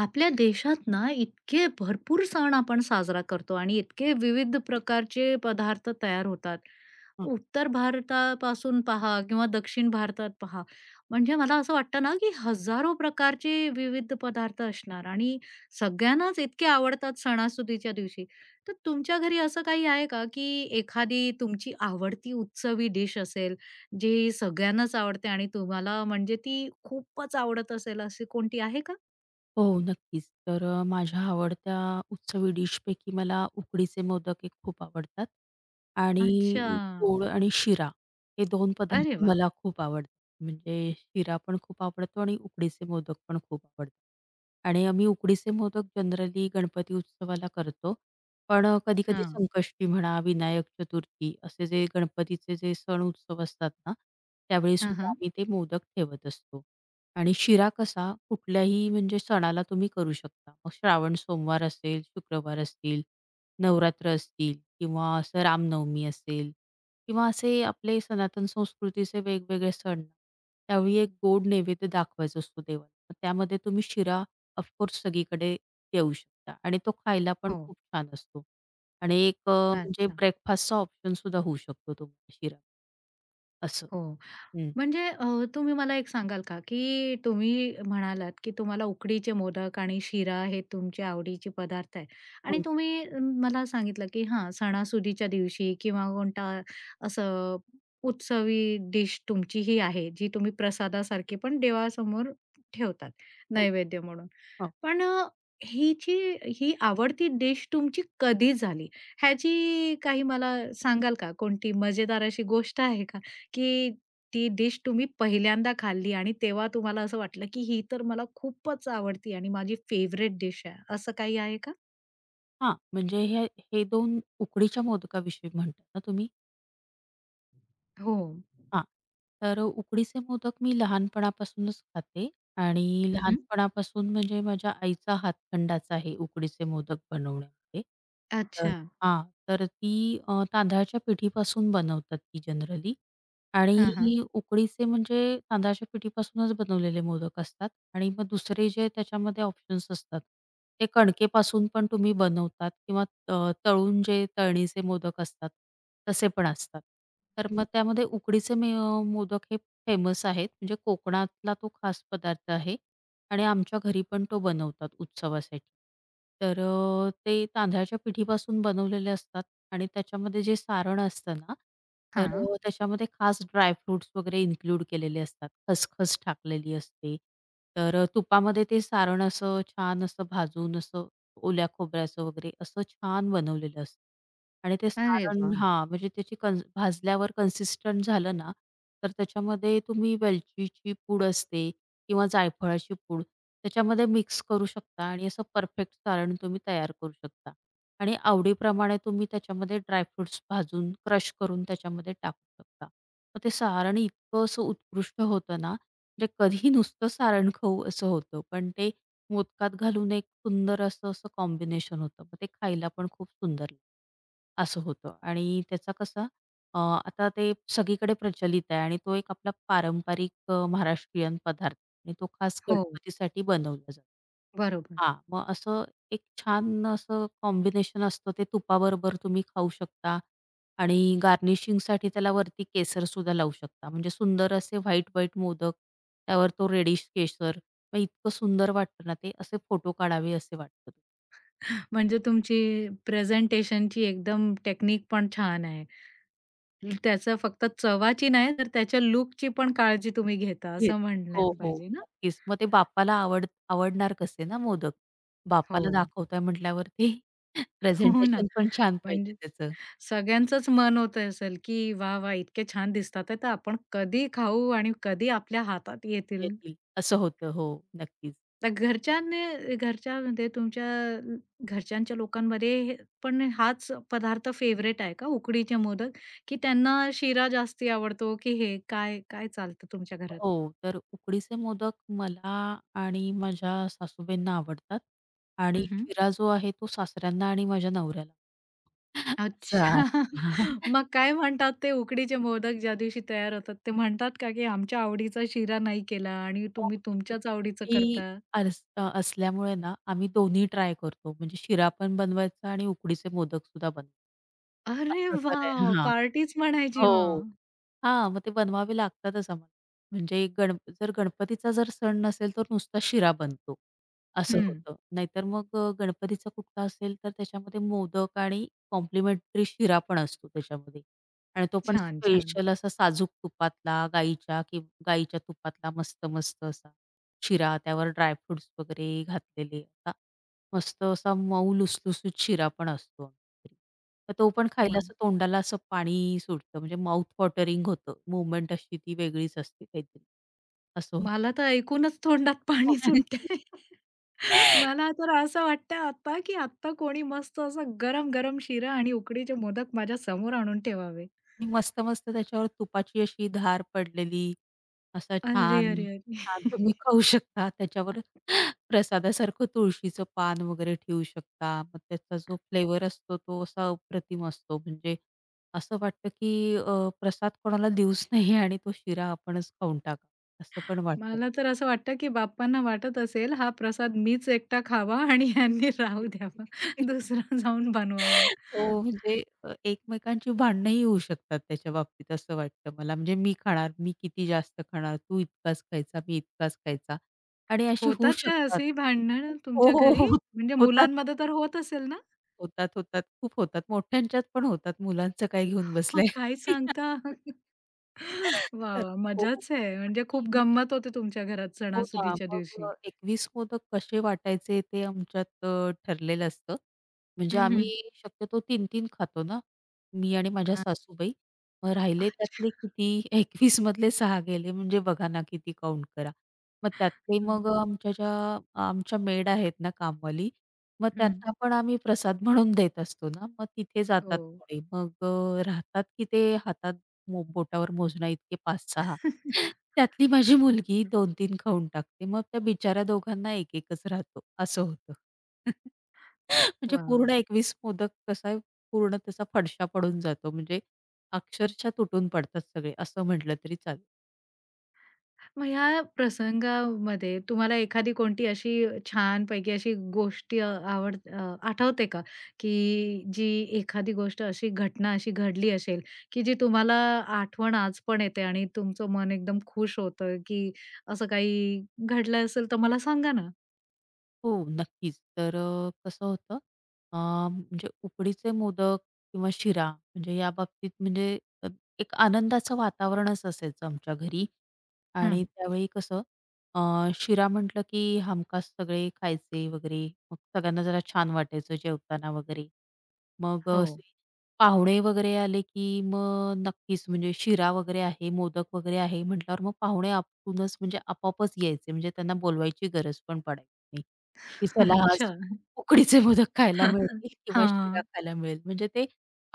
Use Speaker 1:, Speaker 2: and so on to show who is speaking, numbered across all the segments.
Speaker 1: आपल्या देशात ना इतके भरपूर सण आपण साजरा करतो आणि इतके विविध प्रकारचे पदार्थ तयार होतात. उत्तर भारतापासून पहा किंवा दक्षिण भारतात पहा, म्हणजे मला असं वाटतं ना, की हजारो प्रकारचे विविध पदार्थ असणार आणि सगळ्यांनाच इतके आवडतात सणासुदीच्या दिवशी. तर तुमच्या घरी असं काही आहे का, की एखादी तुमची आवडती उत्सवी डिश असेल, जी सगळ्यांनाच आवडते आणि तुम्हाला म्हणजे ती खूपच आवडत असेल, अशी कोणती आहे का?
Speaker 2: हो, नक्कीच. तर माझ्या आवडत्या उत्सवी डिशपैकी मला उकडीचे मोदक एक खूप आवडतात आणि
Speaker 1: अच्छा.
Speaker 2: गोड आणि शिरा हे 2
Speaker 1: अरे
Speaker 2: पदार्थ
Speaker 1: वाह!
Speaker 2: मला खूप आवडतात. म्हणजे शिरा पण खूप आवडतो आणि उकडीचे मोदक पण खूप आवडतात. आणि आम्ही उकडीचे मोदक जनरली गणपती उत्सवाला करतो. पण कधी-कधी
Speaker 1: हां.
Speaker 2: संकष्टी म्हणा, विनायक चतुर्थी असे जे गणपतीचे जे सण उत्सव असतात ना,
Speaker 1: हां,
Speaker 2: त्यावेळीसुद्धा
Speaker 1: हां.
Speaker 2: आम्ही ते मोदक ठेवत असतो. आणि शिरा कसा कुठल्याही म्हणजे सणाला तुम्ही करू शकता. मग श्रावण सोमवार असेल, शुक्रवार असतील, नवरात्र असतील किंवा असं रामनवमी असेल किंवा असे आपले सनातन संस्कृतीचे वेगवेगळे सण, त्यावेळी एक गोड नैवेद्य दाखवायचा असतो देवाला. मग त्यामध्ये तुम्ही शिरा ऑफ सगळीकडे देऊ शकता आणि तो खायला पण
Speaker 1: हो.
Speaker 2: खूप छान असतो. आणि एक म्हणजे
Speaker 1: अच्छा.
Speaker 2: ब्रेकफास्टचा ऑप्शन सुद्धा होऊ शकतो तो शिरा. असं.
Speaker 1: हो.
Speaker 2: हं.
Speaker 1: म्हणजे तुम्ही मला एक सांगाल का, की तुम्ही म्हणालात, की तुम्हाला उकडीचे मोदक आणि शिरा हे तुमचे आवडीचे पदार्थ आहे आणि
Speaker 2: हो,
Speaker 1: तुम्ही मला सांगितलं, की हां, सणासुदीच्या दिवशी किंवा कोणता असं उत्सवी डिश तुमची ही आहे, जी तुम्ही प्रसादासारखी पण देवासमोर ठेवतात,
Speaker 2: हो.
Speaker 1: नैवेद्य म्हणून. पण ही जी ही आवडती डिश तुमची कधी झाली? ह्याची काही मला सांगाल का? कोणती मजेदार अशी गोष्ट आहे का? की ती डिश तुम्ही पहिल्यांदा खाल्ली आणि तेव्हा तुम्हाला असं वाटलं, की ही तर मला खूपच आवडती आणि माझी फेवरेट डिश आहे. असं काही आहे का?
Speaker 2: हां, म्हणजे हे हे 2 उकडीच्या मोदकाविषयी म्हणताय ना तुम्ही?
Speaker 1: हो.
Speaker 2: हां. तर उकडीचे मोदक मी लहानपणापासूनच खाते आणि
Speaker 1: हं,
Speaker 2: लहानपणापासून म्हणजे माझ्या आईचा हातखंडाच आहे उकडीचे मोदक बनवण्यामध्ये. तर
Speaker 1: अच्छा.
Speaker 2: हां, तर ती तांदळाच्या पिठीपासून बनवतात ती जनरली आणि
Speaker 1: हां, हां.
Speaker 2: उकडीचे म्हणजे तांदळाच्या पिठीपासूनच बनवलेले मोदक असतात आणि मग दुसरे जे त्याच्यामध्ये ऑप्शन्स असतात, ते कणकेपासून पण तुम्ही बनवतात किंवा तळून जे तळणीचे मोदक असतात, तसे पण असतात. तर मग त्यामध्ये उकडीचे मोदक हे फेमस आहेत. म्हणजे कोकणातला तो खास पदार्थ आहे आणि आमच्या घरी पण तो बनवतात उत्सवासाठी. तर ते तांदळाच्या पिठीपासून बनवलेले असतात आणि त्याच्यामध्ये जे सारण असतं ना, तर
Speaker 1: हां.
Speaker 2: त्याच्यामध्ये खास ड्राय वगैरे इन्क्लूड केलेले असतात. खसखस टाकलेली असते. तर तुपामध्ये ते सारण असं छान असं भाजून असं ओल्या खोबऱ्याचं वगैरे असं छान बनवलेलं असतं. आणि ते
Speaker 1: अरे
Speaker 2: सारण
Speaker 1: वाह!
Speaker 2: हां, म्हणजे त्याची भाजल्यावर कन्सिस्टंट झालं ना, तर त्याच्यामध्ये तुम्ही वेलचीची पूड असते किंवा जायफळाची पूड त्याच्यामध्ये मिक्स करू शकता आणि असं परफेक्ट सारण तुम्ही तयार करू शकता. आणि आवडीप्रमाणे तुम्ही त्याच्यामध्ये ड्रायफ्रुट्स भाजून क्रश करून त्याच्यामध्ये टाकू शकता. मग ते सारण इतकं असं उत्कृष्ट होतं ना, म्हणजे कधी नुसतं सारण खाऊ असं होतं. पण ते मोदकात घालून एक सुंदर असं असं कॉम्बिनेशन होतं. मग ते खायला पण खूप सुंदर लागतं. असं होतं आणि त्याचा कसा आता ते सगळीकडे प्रचलित आहे आणि तो एक आपला पारंपरिक महाराष्ट्रीयन पदार्थ आणि तो खास
Speaker 1: हो,
Speaker 2: गणपतीसाठी बनवला जातो.
Speaker 1: बरोबर.
Speaker 2: हां, मग असं एक छान असं कॉम्बिनेशन असतं ते तुपाबरोबर तुम्ही खाऊ शकता आणि गार्निशिंगसाठी त्याला वरती केसरसुद्धा लावू शकता. म्हणजे सुंदर असे व्हाईट-व्हाईट मोदक, त्यावर तो रेडिश केसर, मग इतकं सुंदर वाटतं ना ते, असे फोटो काढावे असे वाटतं.
Speaker 1: म्हणजे तुमची प्रेझेंटेशनची एकदम टेक्निक पण छान आहे. त्याचं फक्त चवाची नाही, तर त्याच्या लूकची पण काळजी तुम्ही घेता
Speaker 2: घेत.
Speaker 1: असं
Speaker 2: हो,
Speaker 1: म्हणण्यात
Speaker 2: हो,
Speaker 1: पाहिजे ना?
Speaker 2: नक्कीच. मग ते बापाला आवड आवडणार कसे ना मोदक? बापाला
Speaker 1: हो.
Speaker 2: दाखवताय म्हटल्यावरती
Speaker 1: हो ना.
Speaker 2: प्रेझेंटेशन पण छान पाहिजे
Speaker 1: म्हणजे
Speaker 2: त्याचं.
Speaker 1: सगळ्यांचंच मन होतं असेल, की "वाह! वाह! इतके छान दिसतात आहे, तर आपण कधी खाऊ आणि कधी आपल्या हातात येतील?"
Speaker 2: येतील असं होतं. हो, नक्कीच.
Speaker 1: तर घरच्यांनी घरच्यामध्ये तुमच्या घरच्यांच्या लोकांमध्ये हे पण हाच पदार्थ फेव्हरेट आहे का उकडीचे मोदक? की त्यांना शिरा जास्ती आवडतो, की हे काय काय चालतं तुमच्या घरात?
Speaker 2: हो, तर उकडीचे मोदक मला आणि माझ्या सासूबाईंना आवडतात आणि शिरा जो आहे तो सासऱ्यांना आणि माझ्या नवऱ्याला. असं आहे.
Speaker 1: अच्छा. मग काय म्हणतात ते उकडीचे मोदक ज्या दिवशी तयार होतात, ते म्हणतात का, की आमच्या आवडीचा शिरा नाही केला आणि
Speaker 2: हो,
Speaker 1: तुम्ही
Speaker 2: ते
Speaker 1: तुमच्याच आवडीचं करता?
Speaker 2: 50-50 असल्यामुळे ना आम्ही दोन्ही ट्राय करतो. म्हणजे शिरा पण बनवायचा आणि उकडीचे मोदक सुद्धा बनवायचे.
Speaker 1: अरे
Speaker 2: असं तर आहे.
Speaker 1: वाह! पार्टीच म्हणायची
Speaker 2: हो.
Speaker 1: मग.
Speaker 2: हां, मग ते बनवावे लागतातच आम्हाला. म्हणजे जर गणपतीचा जर सण नसेल, तर नुसता शिरा बनतो, असं
Speaker 1: हं.
Speaker 2: होतं. नाहीतर मग गणपतीचा कुठला असेल, तर त्याच्यामध्ये मोदक आणि कॉम्प्लिमेंटरी शिरा पण असतो त्याच्यामध्ये आणि तो पण
Speaker 1: छान, छान.
Speaker 2: स्पेशल असा साजूक तुपातला, गाईच्या तुपातला मस्त-मस्त असा शिरा, त्यावर ड्राय वगैरे घातलेले, असा मस्त असा मऊ लुसलुसीत शिरा पण असतो. तर तो पण खायला
Speaker 1: मग
Speaker 2: असं तोंडाला असं पाणी सुटतं म्हणजे माउथ वॉटरिंग होतं. मुवमेंट अशी ती वेगळीच असते काहीतरी. असं
Speaker 1: मला तर ऐकूनच तोंडात पाणी
Speaker 2: होतं.
Speaker 1: सुटतंय. मला तर असं वाटतंय आता, की आत्ता कोणी मस्त असा गरम-गरम शिरा आणि उकडीचे मोदक माझ्या समोर आणून ठेवावे.
Speaker 2: आणि मस्त-मस्त त्याच्यावर तुपाची अशी धार पडलेली, असा
Speaker 1: अरे,
Speaker 2: छान
Speaker 1: अरे,
Speaker 2: छान
Speaker 1: अरे!
Speaker 2: तुम्ही खाऊ शकता. त्याच्यावर प्रसादासारखं तुळशीचं पान वगैरे ठेवू शकता. मग त्याचा जो फ्लेवर असतो तो असा अप्रतिम असतो. म्हणजे असं वाटतं, की प्रसाद कोणाला देऊच नाही आणि तो शिरा आपणच खाऊन टाकावा, असं पण वाटतं.
Speaker 1: मला तर असं वाटतं, की बाप्पांना वाटत असेल हा प्रसाद मीच एकटा खावा आणि ह्यांनी राहू द्यावा. दुसरा जाऊन बनवावा.
Speaker 2: हो, म्हणजे एकमेकांची भांडणंही होऊ शकतात त्याच्या बाबतीत असं वाटतं मला. म्हणजे मी खाणार, मी किती जास्त खाणार, तू इतकाच खायचा, मी इतकाच खायचा आणि अशी होऊ
Speaker 1: होतात का
Speaker 2: शकतात.
Speaker 1: असेही भांडणं
Speaker 2: हो,
Speaker 1: तुमच्या
Speaker 2: हो, हो.
Speaker 1: घरी?
Speaker 2: हो,
Speaker 1: म्हणजे
Speaker 2: होतात,
Speaker 1: मुलांमध्ये तर होत असेल ना?
Speaker 2: होतात, होतात. खूप होतात. मोठ्यांच्यात पण होतात. मुलांचं काय घेऊन
Speaker 1: मग
Speaker 2: बसलाय.
Speaker 1: काय सांगता? वाह!
Speaker 2: तर
Speaker 1: वाह!
Speaker 2: हो,
Speaker 1: मजाच आहे. म्हणजे
Speaker 2: मी
Speaker 1: खूप
Speaker 2: म्हणजे
Speaker 1: गंमत होते तुमच्या घरात
Speaker 2: हो ना,
Speaker 1: सणासुदीच्या
Speaker 2: मग
Speaker 1: दिवशी.
Speaker 2: मोदक कसे वाटायचे ते आमच्यात ठरलेलं असतं. म्हणजे आम्ही
Speaker 1: हं,
Speaker 2: शक्यतो तीन-तीन खातो ना, मी आणि माझ्या सासूबाई. मग राहिले त्यातले
Speaker 1: अच्छा.
Speaker 2: किती 21 मधले 6 गेले म्हणजे बघा ना किती काउंट करा. मग त्यातले मग आमच्या मेड आहेत ना कामवाली, मग
Speaker 1: हं.
Speaker 2: त्यांना पण आम्ही प्रसाद म्हणून देत असतो ना, मग तिथे
Speaker 1: हो.
Speaker 2: जातात थोडे. मग राहतात की ते हातात बोटावर मोजण्याइतके 5-6 त्यातली माझी मुलगी 2-3 खाऊन टाकते. मग त्या बिचाऱ्या दोघांना एक-एकच राहतो असं होतं. म्हणजे
Speaker 1: वाह!
Speaker 2: पूर्ण 21 मोदक कसा पूर्ण त्याचा फडशा पडून जातो. म्हणजे अक्षरशः तुटून पडतात सगळे असं म्हटलं तरी चालेल.
Speaker 1: मग ह्या प्रसंगामध्ये तुम्हाला एखादी कोणती अशी छानपैकी अशी गोष्ट आवड आठवते का? की जी एखादी गोष्ट अशी घटना अशी घडली असेल, की जी तुम्हाला आठवण आज पण येते आणि तुमचं मन एकदम खुश होतं, की असं काही घडलं असेल तर मला सांगा ना?
Speaker 2: हो, नक्कीच. तर कसं होतं अ, म्हणजे उकडीचे मोदक किंवा शिरा म्हणजे या बाबतीत म्हणजे अ, एक आनंदाचं वातावरणच असायचं आमच्या घरी आणि
Speaker 1: हां.
Speaker 2: त्यावेळी कसं अ, शिरा म्हटलं की हमखास सगळे खायचे वगैरे. मग सगळ्यांना जरा छान वाटायचं जेवताना वगैरे. मग
Speaker 1: हो.
Speaker 2: असे पाहुणे वगैरे आले, की मग नक्कीच म्हणजे शिरा वगैरे आहे, मोदक वगैरे आहे म्हटल्यावर मग पाहुणे आपापसूनच म्हणजे आपोआपच यायचे. म्हणजे त्यांना बोलवायची गरज पण पडायची नाही, की चला आज
Speaker 1: अच्छा.
Speaker 2: उकडीचे मोदक खायला मिळतील किंवा शिरा
Speaker 1: हां.
Speaker 2: खायला मिळेल. म्हणजे ते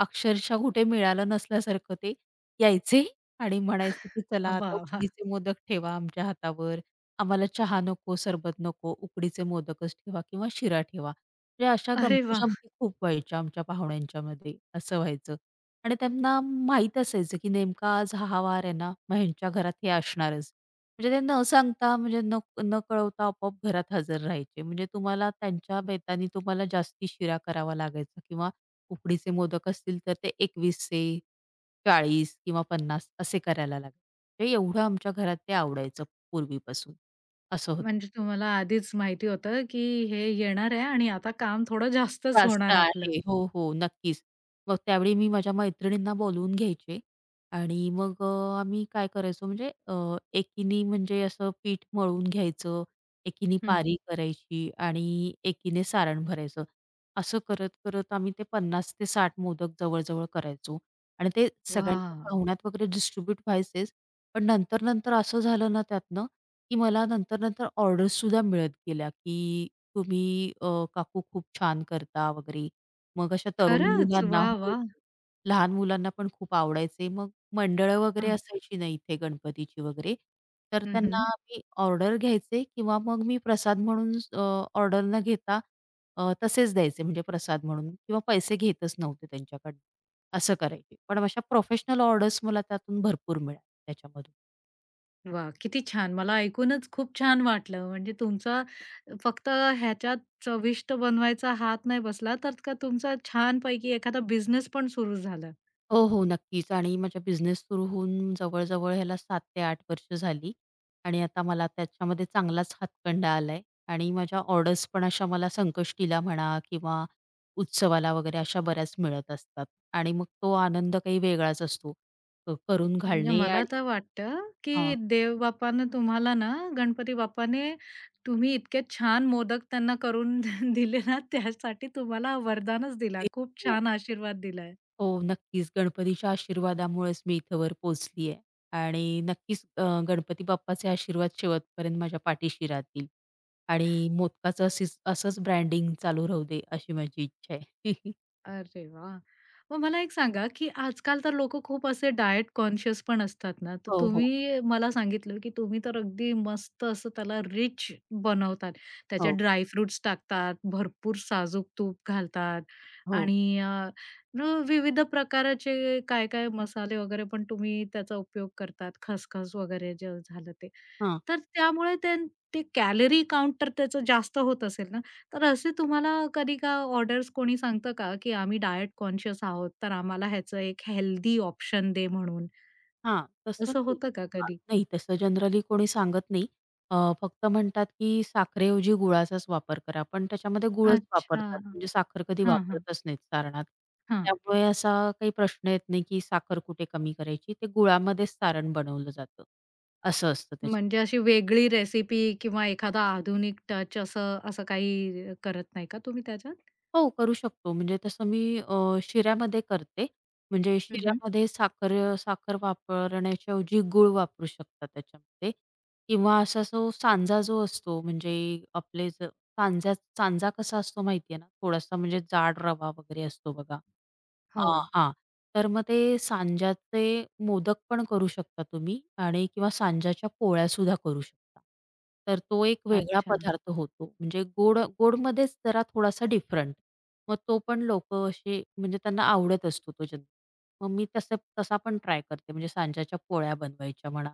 Speaker 2: अक्षरशः कुठे मिळालं नसल्यासारखं ते यायचे आणि म्हणायचे, की "चला आता
Speaker 1: वाह! वाह!
Speaker 2: उकडीचे मोदक ठेवा आमच्या हातावर. आम्हाला चहा नको, सरबत नको, उकडीचे मोदकच ठेवा किंवा शिरा ठेवा." म्हणजे अशा
Speaker 1: अरे वाह!
Speaker 2: गमती-जमती खूप व्हायच्या आमच्या पाहुण्यांच्यामध्ये, असं व्हायचं. आणि त्यांना माहीत असायचं, की नेमका आज हा वार आहे ना, मग ह्यांच्या घरात हे असणारच. म्हणजे ते न सांगता, म्हणजे न न कळवता आपोआप घरात हजर राहायचे. म्हणजे तुम्हाला त्यांच्या बेताने तुम्हाला जास्ती शिरा करावा लागायचा किंवा उकडीचे मोदक असतील, तर ते 21चे, 40 किंवा 50 असे करायला लागायचे. ते एवढं आमच्या घरात ते आवडायचं पूर्वीपासून, असं होतं.
Speaker 1: म्हणजे तुम्हाला आधीच माहिती होतं, की हे येणार आहे आणि आता काम थोडं जास्तच
Speaker 2: जास्त
Speaker 1: होणार आपलं.
Speaker 2: आहे. हो, हो. नक्कीच. मग त्यावेळी मी माझ्या मैत्रिणींना बोलवून घ्यायचे आणि मग आम्ही काय करायचो म्हणजे एकीने म्हणजे असं पीठ मळून घ्यायचं, एकीने
Speaker 1: हं.
Speaker 2: पारी करायची आणि एकीने सारण भरायचं. असं करत-करत आम्ही ते 50 ते 60 मोदक जवळ-जवळ करायचो आणि ते सगळ्यांच्या
Speaker 1: वाह!
Speaker 2: पाहुण्यात वगैरे डिस्ट्रीब्यूट व्हायचेच. पण नंतर-नंतर असं झालं ना त्यातनं, की मला नंतर-नंतर ऑर्डर्ससुद्धा मिळत गेल्या, की तुम्ही अ, काकू खूप छान करता वगैरे. मग अशा तरुण
Speaker 1: खरंच!
Speaker 2: मुलांना
Speaker 1: वाह!
Speaker 2: हो,
Speaker 1: वाह!
Speaker 2: लहान मुलांना पण खूप आवडायचे. मग मंडळं वगैरे
Speaker 1: हां.
Speaker 2: असायची ना इथे गणपतीची वगैरे, तर
Speaker 1: हं,
Speaker 2: त्यांना
Speaker 1: हं.
Speaker 2: मी ऑर्डर घ्यायचे किंवा मग मी प्रसाद म्हणून ऑर्डर न घेता तसेच द्यायचे म्हणजे प्रसाद म्हणून किंवा पैसे घेतच नव्हते त्यांच्याकडनं. असं करायचे. पण अशा प्रोफेशनल ऑर्डर्स मला त्यातून भरपूर मिळाल्या त्याच्यामधून.
Speaker 1: वाह! किती छान. मला ऐकूनच खूप छान वाटलं. म्हणजे तुमचा फक्त ह्याच्यात चविष्ट बनवायचा हात नाही बसला, तर का तुमचा छानपैकी एखादा बिझनेस पण सुरू झाला.
Speaker 2: हो, हो. नक्कीच आणि माझा बिझनेस सुरू होऊन जवळ-जवळ ह्याला 7 ते 8 वर्ष झाली आणि आता मला त्याच्यामध्ये चांगलाच हातखंडा आलाय आणि माझ्या ऑर्डर्स पण अशा मला संकष्टीला म्हणा किंवा उत्सवाला वगैरे अशा बऱ्याच मिळत असतात आणि मग तो आनंद काही वेगळाच असतो. क करून
Speaker 1: म्हणजे
Speaker 2: घालणे
Speaker 1: मला
Speaker 2: आणि
Speaker 1: तर वाटतं,
Speaker 2: हां.
Speaker 1: की देवबापानं तुम्हाला ना, गणपती बाप्पाने तुम्ही इतके छान मोदक त्यांना करून दिले ना, त्यासाठी तुम्हाला वरदानच दिला. खूप
Speaker 2: हो.
Speaker 1: छान आशीर्वाद दिला.
Speaker 2: हो, नक्कीच. गणपतीच्या आशीर्वादामुळेच मी इथं वर पोहोचली आहे आणि नक्कीच गणपती बाप्पाचे आशीर्वाद शेवटपर्यंत माझ्या पाठीशी राहतील आणि मोदकाचं असंच ब्रँडिंग चालू राहू दे, अशी माझी इच्छा आहे.
Speaker 1: अरे वाह! मग मला एक सांगा, की आजकाल तर लोकं खूप असे डायट कॉन्शियस पण असतात ना, तर
Speaker 2: हो, हो.
Speaker 1: तुम्ही मला सांगितलं, की तुम्ही तर अगदी मस्त असं त्याला रिच बनवतात. त्याच्यात
Speaker 2: हो,
Speaker 1: ड्राय फ्रुट्स टाकतात, भरपूर साजूक तूप घालतात
Speaker 2: हो.
Speaker 1: आणि अ, न विविध प्रकाराचे काय-काय मसाले वगैरे पण तुम्ही त्याचा उपयोग करतात, खसखस वगैरे जे झालं ते.
Speaker 2: हां.
Speaker 1: तर त्यामुळे ते कॅलरी काउंट त्याचं जास्त होत असेल ना? तर असे तुम्हाला कधी का ऑर्डर्स कोणी सांगतं का, की आम्ही डायट कॉन्शियस आहोत, तर आम्हाला ह्याचं एक हेल्दी ऑप्शन दे म्हणून?
Speaker 2: हां, तसं
Speaker 1: असं
Speaker 2: नाही.
Speaker 1: होतं का कधी?
Speaker 2: नाही तसं जनरली कोणी सांगत नाही. अ, फक्त म्हणतात, की साखरेऐवजी गुळाचाच वापर करा. पण त्याच्यामध्ये गुळच
Speaker 1: अच्छा.
Speaker 2: वापरतात. म्हणजे साखर कधी
Speaker 1: हां, हां,
Speaker 2: वापरतच नाहीत सारणात.
Speaker 1: हां.
Speaker 2: त्यामुळे असा काही प्रश्न येत नाही, की साखर कुठे कमी करायची. ते गुळामध्येच सारण बनवलं जातं. असं असतं त्याच्यामध्ये.
Speaker 1: म्हणजे अशी वेगळी रेसिपी किंवा एखादा आधुनिक टच असं असं काही करत नाही का तुम्ही त्याच्यात?
Speaker 2: हो, करू शकतो. म्हणजे तसं मी शिऱ्यामध्ये करते. म्हणजे
Speaker 1: हं,
Speaker 2: शिऱ्यामध्ये साखर साखर वापरण्याच्या ऐवजी गूळ वापरू शकता त्याच्यामध्ये किंवा असा जो सांजा जो असतो म्हणजे आपले सांजा सांजा कसा असतो माहिती आहे ना? थोडासा म्हणजे जाड रवा वगैरे असतो बघा.
Speaker 1: हो.
Speaker 2: हां. तर मग ते सांज्याचे मोदक पण करू शकता तुम्ही आणि किंवा सांज्याच्या पोळ्यासुद्धा करू शकता. तर तो एक वेगळा
Speaker 1: अच्छा.
Speaker 2: पदार्थ होतो. म्हणजे गोड गोडमध्येच जरा थोडासा डिफरंट. मग तो पण लोक असे म्हणजे त्यांना आवडत असतो तो जनरली. मग मी तसं तसा पण ट्राय करते. म्हणजे सांज्याच्या पोळ्या बनवायच्या म्हणा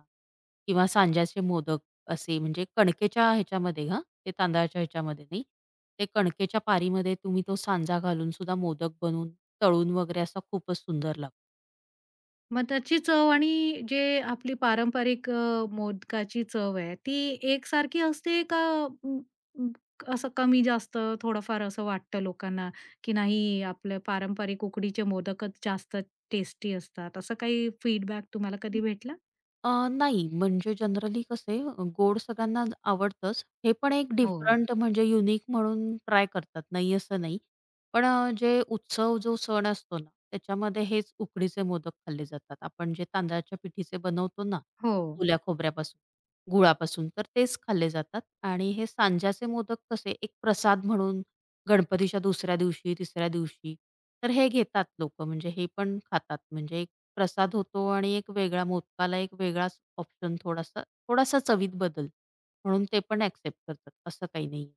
Speaker 2: किंवा सांज्याचे मोदक असे म्हणजे कणकेच्या ह्याच्यामध्ये हां, ते तांदळाच्या ह्याच्यामध्ये नाही. ते कणकेच्या पारीमध्ये तुम्ही तो सांजा घालूनसुद्धा मोदक बनवून तळून वगैरे असा खूपच सुंदर लागतो.
Speaker 1: मग त्याची चव आणि जे आपली पारंपरिक मोदकाची चव आहे, ती एकसारखी असते का अं, अं, असं कमी-जास्त थोडंफार असं वाटतं लोकांना, की नाही आपले पारंपरिक उकडीचे मोदकच जास्त टेस्टी असतात, असं काही फीडबॅक तुम्हाला
Speaker 2: हं.
Speaker 1: कधी भेटला?
Speaker 2: नाही म्हणजे जनरली कसे गोड सगळ्यांना आवडतंच. हे पण एक
Speaker 1: हो,
Speaker 2: डिफरंट म्हणजे युनिक म्हणून ट्राय करतात. नाही असं नाही. पण जे उत्सव जो सण असतो ना, त्याच्यामध्ये हेच उकडीचे मोदक खाल्ले जातात. आपण जे तांदळाच्या पिठीचे बनवतो ना,
Speaker 1: हो.
Speaker 2: ओल्या खोबऱ्यापासून, गुळापासून तर तेच खाल्ले जातात आणि हे सांज्याचे मोदक कसे एक प्रसाद म्हणून गणपतीच्या दुसऱ्या दिवशी, तिसऱ्या दिवशी तर हे घेतात लोकं म्हणजे हे पण खातात म्हणजे प्रसाद होतो आणि एक वेगळा मोदकाला एक वेगळाच ऑप्शन थोडासा थोडासा चवीत बदल. म्हणून ते पण ॲक्सेप्ट करतात असं काही नाहीये.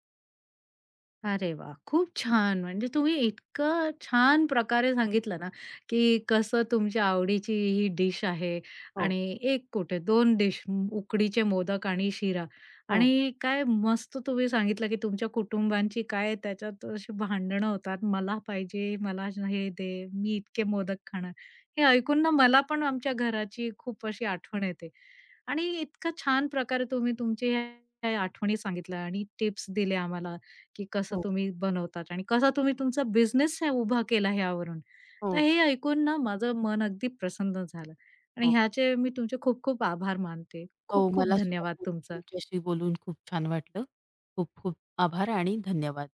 Speaker 1: अरे वा, खूप छान. म्हणजे तुम्ही इतकं छान प्रकारे सांगितलं ना, की कसं तुमच्या आवडीची ही डिश आहे
Speaker 2: हो,
Speaker 1: आणि एक कुठे दोन डिश उकडीचे मोदक आणि शिरा
Speaker 2: हो,
Speaker 1: आणि काय मस्त तुम्ही सांगितलं, की तुमच्या कुटुंबांची काय त्याच्यात अशी भांडणं होतात. मला पाहिजे, मला हे दे, मी इतके मोदक खाणार. हे ऐकून ना मला पण आमच्या घराची खूप अशी आठवण येते आणि इतकं छान प्रकारे तुम्ही तुमचे ह्या ह्या आठवणी सांगितल्या आणि टिप्स दिल्या आम्हाला. की कसं
Speaker 2: हो,
Speaker 1: तुम्ही बनवतात आणि कसा तुम्ही तुमचा बिझनेस आहे उभा केला ह्यावरून.
Speaker 2: हो,
Speaker 1: तर हे ऐकून ना माझं मन अगदी प्रसन्न झालं आणि
Speaker 2: हो.
Speaker 1: ह्याचे मी तुमचे खूप खूप आभार मानते.
Speaker 2: हो,
Speaker 1: खूप खूप
Speaker 2: मला सुद्धा
Speaker 1: धन्यवाद
Speaker 2: खूप
Speaker 1: तुमचं.
Speaker 2: तुमच्याशी बोलून खूप छान वाटलं. खूप खूप आभार आणि धन्यवाद.